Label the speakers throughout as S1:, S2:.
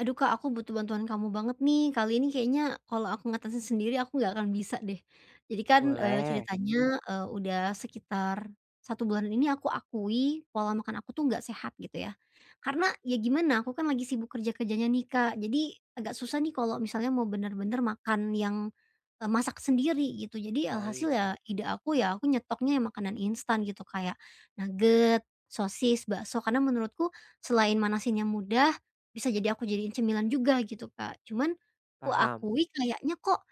S1: Aduh Kak, aku butuh bantuan kamu banget nih. Kali ini kayaknya kalau aku ngatasin sendiri aku nggak akan bisa deh. Jadi kan,
S2: Boleh,
S1: ceritanya, udah sekitar 1 bulan ini aku akui pola makan aku tuh nggak sehat gitu ya. Karena ya gimana, aku kan lagi sibuk kerja-kerjanya nih Kak, jadi agak susah nih kalau misalnya mau bener-bener makan yang, masak sendiri gitu. Jadi alhasil
S2: baik,
S1: ya ide aku ya aku nyetoknya yang makanan instan gitu, kayak nugget, sosis, bakso, karena menurutku selain manasinnya mudah, bisa jadi aku jadiin cemilan juga gitu, Kak. Cuman ku
S2: paham.
S1: akui kayaknya kok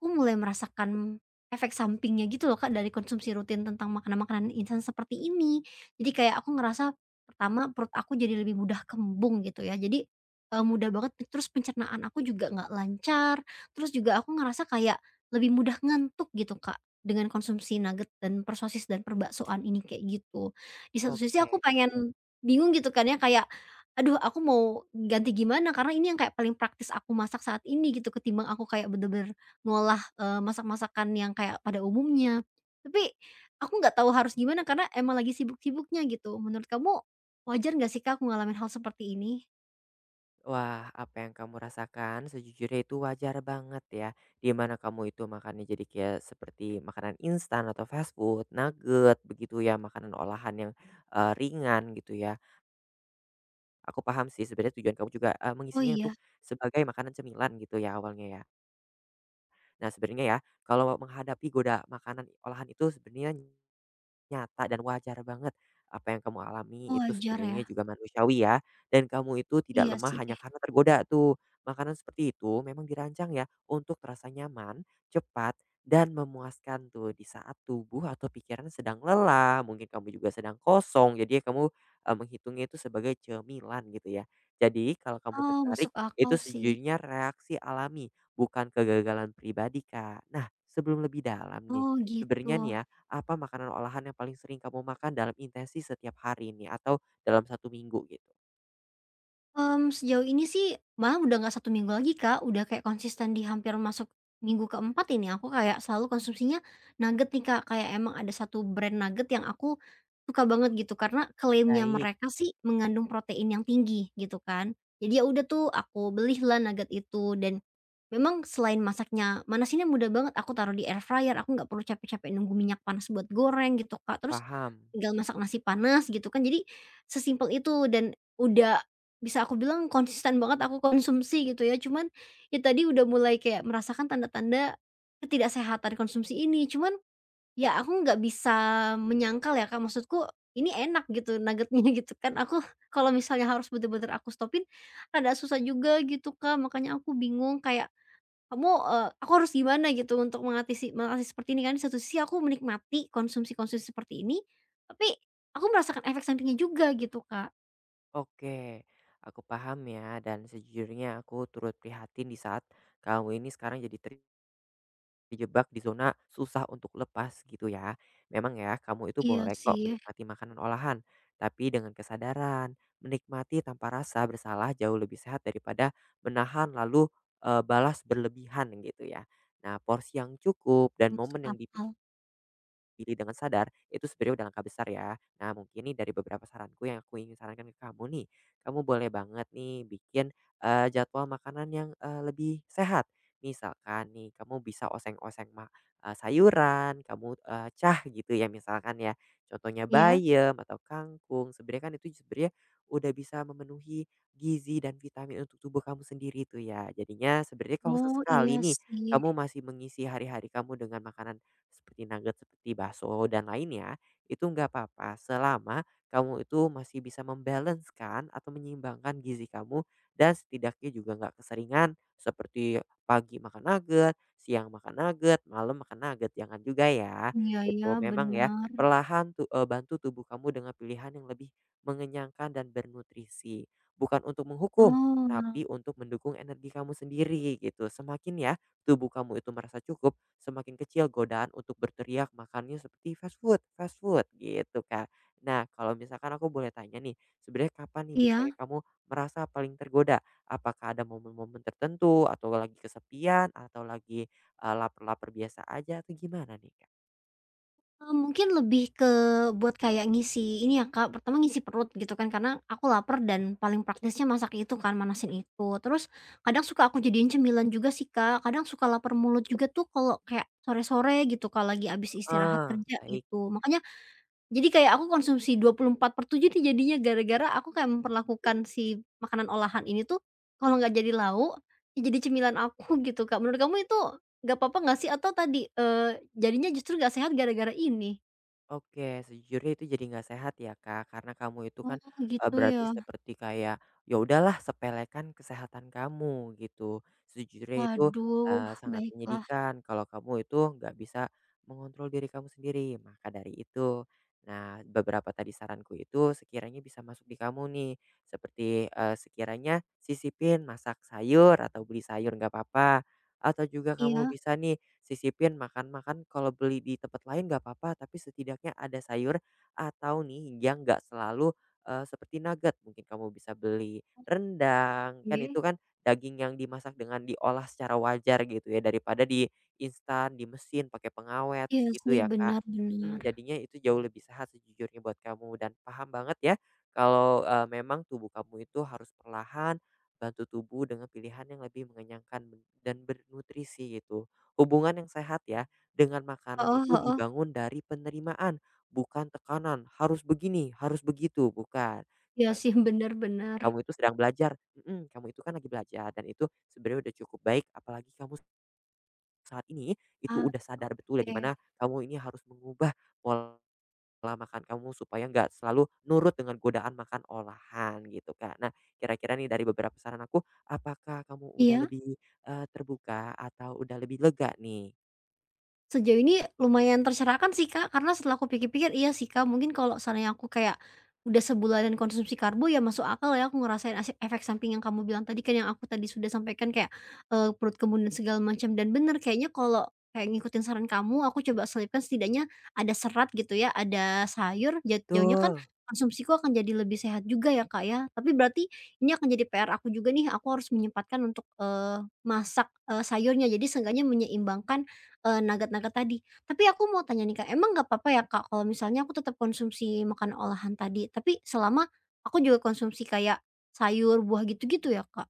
S1: aku mulai merasakan efek sampingnya gitu loh Kak, dari konsumsi rutin tentang makanan-makanan instan seperti ini. Jadi kayak aku ngerasa pertama perut aku jadi lebih mudah kembung gitu ya. Jadi, mudah banget terus pencernaan aku juga nggak lancar, terus juga aku ngerasa kayak lebih mudah ngantuk gitu Kak, dengan konsumsi nugget dan perbaksoan ini kayak gitu. Di satu sisi aku
S2: Oke.
S1: pengen bingung gitu kan ya kayak, aduh aku mau ganti gimana karena ini yang kayak paling praktis aku masak saat ini gitu ketimbang aku kayak bener-bener ngolah, masak-masakan yang kayak pada umumnya. Tapi aku nggak tahu harus gimana karena emang lagi sibuk-sibuknya gitu. Menurut kamu wajar nggak sih Kak aku ngalamin hal seperti ini?
S2: Wah, apa yang kamu rasakan sejujurnya itu wajar banget ya. Di mana kamu itu makannya jadi kayak seperti makanan instan atau fast food, nugget begitu ya, makanan olahan yang ringan gitu ya. Aku paham sih sebenarnya tujuan kamu juga
S1: Oh
S2: mengisinya untuk
S1: iya?
S2: sebagai makanan cemilan gitu ya awalnya ya. Nah, sebenarnya ya, kalau menghadapi goda makanan olahan itu sebenarnya nyata dan wajar banget apa yang kamu alami
S1: Oh
S2: itu
S1: wajar ya?
S2: sebenarnya juga manusiawi ya, dan kamu itu tidak
S1: Iya
S2: lemah
S1: sih.
S2: hanya karena tergoda tuh. Makanan seperti itu memang dirancang ya untuk terasa nyaman, cepat, dan memuaskan tuh di saat tubuh atau pikiran sedang lelah, mungkin kamu juga sedang kosong, jadi ya kamu, menghitungnya itu sebagai cemilan gitu ya. Jadi kalau kamu
S1: Oh
S2: tertarik,
S1: masuk akal
S2: itu
S1: sih.
S2: sejujurnya reaksi alami, bukan kegagalan pribadi, Kak. Nah, sebelum lebih dalam nih,
S1: Oh gitu.
S2: sebenarnya nih ya apa makanan olahan yang paling sering kamu makan dalam intensi setiap hari ini atau dalam satu minggu gitu?
S1: Mmm, sejauh ini sih malah udah nggak satu minggu lagi, Kak, udah kayak konsisten di hampir masuk minggu ke-4 ini aku kayak selalu konsumsinya nugget nih, Kak, kayak emang ada satu brand nugget yang aku suka banget gitu karena klaimnya
S2: Baik,
S1: mereka sih mengandung protein yang tinggi gitu kan. Jadi ya udah tuh aku belilah nugget itu dan memang selain masaknya manasinnya mudah banget, aku taruh di air fryer, aku nggak perlu capek-capek nunggu minyak panas buat goreng gitu, Kak. Terus
S2: paham.
S1: tinggal masak nasi panas gitu kan, jadi sesimpel itu dan udah bisa aku bilang konsisten banget aku konsumsi gitu ya. Cuman ya tadi udah mulai kayak merasakan tanda-tanda ketidaksehatan konsumsi ini. Cuman ya aku nggak bisa menyangkal ya, Kak, maksudku ini enak gitu nuggetnya gitu kan. Aku kalau misalnya harus bener-bener aku stopin, rada susah juga gitu, Kak. Makanya aku bingung kayak kamu, aku harus gimana gitu untuk mengatasi mengatasi seperti ini kan di satu sisi aku menikmati konsumsi-konsumsi seperti ini, tapi aku merasakan efek sampingnya juga gitu, Kak.
S2: Oke, aku paham ya dan sejujurnya aku turut prihatin di saat kamu ini sekarang jadi dijebak di zona susah untuk lepas gitu ya. Memang ya, kamu itu
S1: Iya
S2: boleh kok
S1: sih,
S2: menikmati makanan olahan, tapi dengan kesadaran, menikmati tanpa rasa bersalah jauh lebih sehat daripada menahan lalu, balas berlebihan gitu ya. Nah, porsi yang cukup dan
S1: masuk
S2: momen yang dipilih
S1: akal.
S2: pilih dengan sadar, itu sebenarnya udah langkah besar ya. Nah, mungkin nih dari beberapa saranku yang aku ingin sarankan ke kamu nih, kamu boleh banget nih bikin, jadwal makanan yang, lebih sehat. Misalkan nih kamu bisa oseng-oseng ma sayuran, kamu, cah gitu ya misalkan ya, contohnya
S1: Iya?
S2: bayam atau kangkung, sebenarnya kan itu sebenarnya udah bisa memenuhi gizi dan vitamin untuk tubuh kamu sendiri tuh ya. Jadinya sebenarnya kalau
S1: Oh, iya
S2: sesekali nih,
S1: sih.
S2: kamu masih mengisi hari-hari kamu dengan makanan seperti nugget, seperti bakso dan lainnya, itu nggak apa-apa selama kamu itu masih bisa membalancekan atau menyeimbangkan gizi kamu dan setidaknya juga nggak keseringan seperti pagi makan nugget, siang makan nugget, malam makan nugget, jangan juga ya.
S1: Iya ya,
S2: Itu memang ya
S1: benar.
S2: perlahan bantu tubuh kamu dengan pilihan yang lebih mengenyangkan dan bernutrisi. Bukan untuk menghukum,
S1: Oh,
S2: tapi untuk mendukung energi kamu sendiri gitu. Semakin ya tubuh kamu itu merasa cukup, semakin kecil godaan untuk berteriak makannya seperti fast food gitu, Kak. Nah, kalau misalkan aku boleh tanya nih, sebenarnya kapan nih
S1: iya?
S2: biasanya kamu merasa paling tergoda? Apakah ada momen-momen tertentu atau lagi kesepian atau lagi, lapar-lapar biasa aja atau gimana nih, Kak?
S1: Mungkin lebih ke buat kayak ngisi ini ya, Kak, pertama ngisi perut gitu kan, karena aku lapar dan paling praktisnya masak itu kan, manasin itu. Terus kadang suka aku jadiin cemilan juga sih, Kak, kadang suka lapar mulut juga tuh kalau kayak sore-sore gitu, Kak, lagi habis istirahat
S2: Ah,
S1: kerja
S2: baik.
S1: gitu. Makanya jadi kayak aku konsumsi 24/7 nih jadinya gara-gara aku kayak memperlakukan si makanan olahan ini tuh kalau nggak jadi lauk, ya jadi cemilan aku gitu, Kak. Menurut kamu itu nggak apa-apa nggak sih? Atau tadi, jadinya justru nggak sehat gara-gara ini?
S2: Oke, sejujurnya itu jadi nggak sehat ya, Kak, karena kamu itu
S1: Oh
S2: kan,
S1: gitu ya.
S2: berarti seperti kayak, ya udahlah sepelekan kesehatan kamu gitu. Sejujurnya itu,
S1: Waduh,
S2: sangat
S1: baiklah.
S2: menyedihkan kalau kamu itu nggak bisa mengontrol diri kamu sendiri. Maka dari itu, nah beberapa tadi saranku itu sekiranya bisa masuk di kamu nih, seperti, sekiranya sisipin masak sayur atau beli sayur nggak apa-apa. Atau juga kamu
S1: Iya.
S2: bisa nih sisipin makan-makan kalau beli di tempat lain nggak apa-apa, tapi setidaknya ada sayur atau nih yang nggak selalu, seperti nugget. Mungkin kamu bisa beli rendang, kan
S1: Oke.
S2: itu kan daging yang dimasak dengan diolah secara wajar gitu ya, daripada di instan, di mesin, pakai pengawet,
S1: Iya
S2: begitu
S1: sih,
S2: ya, Kak.
S1: benar benar.
S2: Mhm, jadinya itu jauh lebih sehat sejujurnya buat kamu dan paham banget ya kalau, memang tubuh kamu itu harus perlahan bantu tubuh dengan pilihan yang lebih mengenyangkan dan bernutrisi gitu. Hubungan yang sehat ya dengan makanan
S1: Heeh
S2: itu
S1: heeh.
S2: dibangun dari penerimaan, bukan tekanan. Harus begini, harus begitu, bukan.
S1: Iya sih, benar benar.
S2: Kamu itu sedang belajar, kamu itu kan lagi belajar dan itu sebenarnya udah cukup baik. Apalagi kamu saat ini itu
S1: Ah,
S2: udah sadar betul ya
S1: oke.
S2: dimana kamu ini harus mengubah pola pola makan kamu supaya nggak selalu nurut dengan godaan makan olahan gitu, Kak. Nah, kira-kira nih dari beberapa saran aku, apakah kamu udah
S1: Iya?
S2: lebih, terbuka atau udah lebih lega nih?
S1: Sejauh ini lumayan tercerahkan sih, Kak, karena setelah aku pikir-pikir, iya sih, Kak, mungkin kalau seandainya aku kayak udah sebulanan konsumsi karbo, ya masuk akal ya aku ngerasain asek efek samping yang kamu bilang tadi kan, yang aku tadi sudah sampaikan kayak, perut kembung dan segala macam, dan bener kayaknya kalau kayak ngikutin saran kamu, aku coba selipkan setidaknya ada serat gitu ya, ada sayur, jauhnya kan
S2: Betul.
S1: konsumsiku akan jadi lebih sehat juga ya, Kak, ya. Tapi berarti ini akan jadi PR aku juga nih, aku harus menyempatkan untuk, masak, sayurnya, jadi seenggaknya menyeimbangkan nugget-nugget tadi. Tapi aku mau tanya nih, Kak, emang nggak apa-apa ya, Kak, kalau misalnya aku tetap konsumsi makanan olahan tadi, tapi selama aku juga konsumsi kayak sayur, buah gitu-gitu ya, Kak?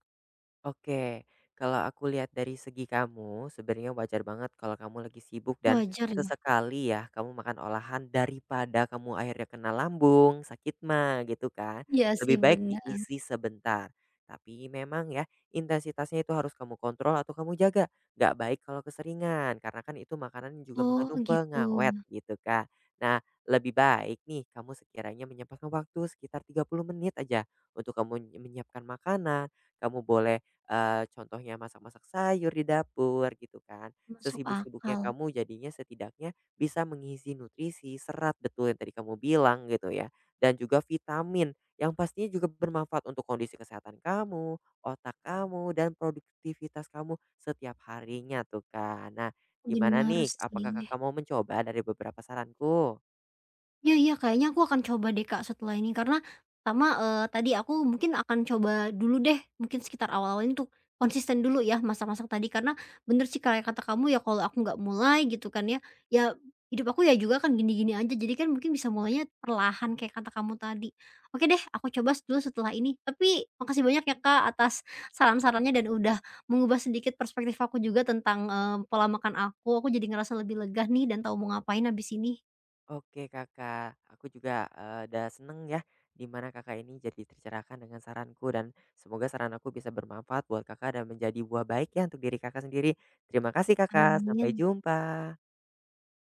S2: Oke, kalau aku lihat dari segi kamu, sebenarnya wajar banget kalau kamu lagi sibuk dan
S1: Wajar ya?
S2: sesekali ya kamu makan olahan daripada kamu akhirnya kena lambung, sakit mah gitu kan.
S1: Iya sih,
S2: Lebih baik
S1: bener.
S2: diisi sebentar. Tapi memang ya intensitasnya itu harus kamu kontrol atau kamu jaga. Nggak baik kalau keseringan karena kan itu makanan juga
S1: Oh
S2: mengandung
S1: gitu,
S2: pengawet gitu kan. Nah, lebih baik nih kamu sekiranya menyempatkan waktu sekitar 30 menit aja untuk kamu menyiapkan makanan. Kamu boleh contohnya masak-masak sayur di dapur gitu kan.
S1: masuk
S2: Sesibuk-sibuknya
S1: akal.
S2: kamu jadinya setidaknya bisa mengisi nutrisi, serat betul yang tadi kamu bilang gitu ya, dan juga vitamin yang pastinya juga bermanfaat untuk kondisi kesehatan kamu, otak kamu, dan produktivitas kamu setiap harinya tuh, kan. Nah, gimana
S1: Bener
S2: nih? Apakah
S1: sih.
S2: Kakak mau mencoba dari beberapa saranku?
S1: Iya iya, kayaknya aku akan coba deh, Kak, setelah ini. Karena pertama, tadi aku mungkin akan coba dulu deh, mungkin sekitar awal-awal ini untuk konsisten dulu ya, masak-masak tadi. Karena bener sih kayak kata kamu ya, kalau aku nggak mulai gitu kan ya, ya hidup aku ya juga kan gini-gini aja. Jadi kan mungkin bisa mulainya perlahan kayak kata kamu tadi. Oke deh, aku coba dulu setelah ini. Tapi makasih banyak ya, Kak, atas saran-sarannya dan udah mengubah sedikit perspektif aku juga tentang, pola makan aku. Aku jadi ngerasa lebih lega nih dan tahu mau ngapain habis ini.
S2: Oke Kakak, aku juga, udah seneng ya dimana Kakak ini jadi tercerahkan dengan saranku dan semoga saran aku bisa bermanfaat buat Kakak dan menjadi buah baik ya untuk diri Kakak sendiri. Terima kasih Kakak, sampai
S1: Amin.
S2: jumpa.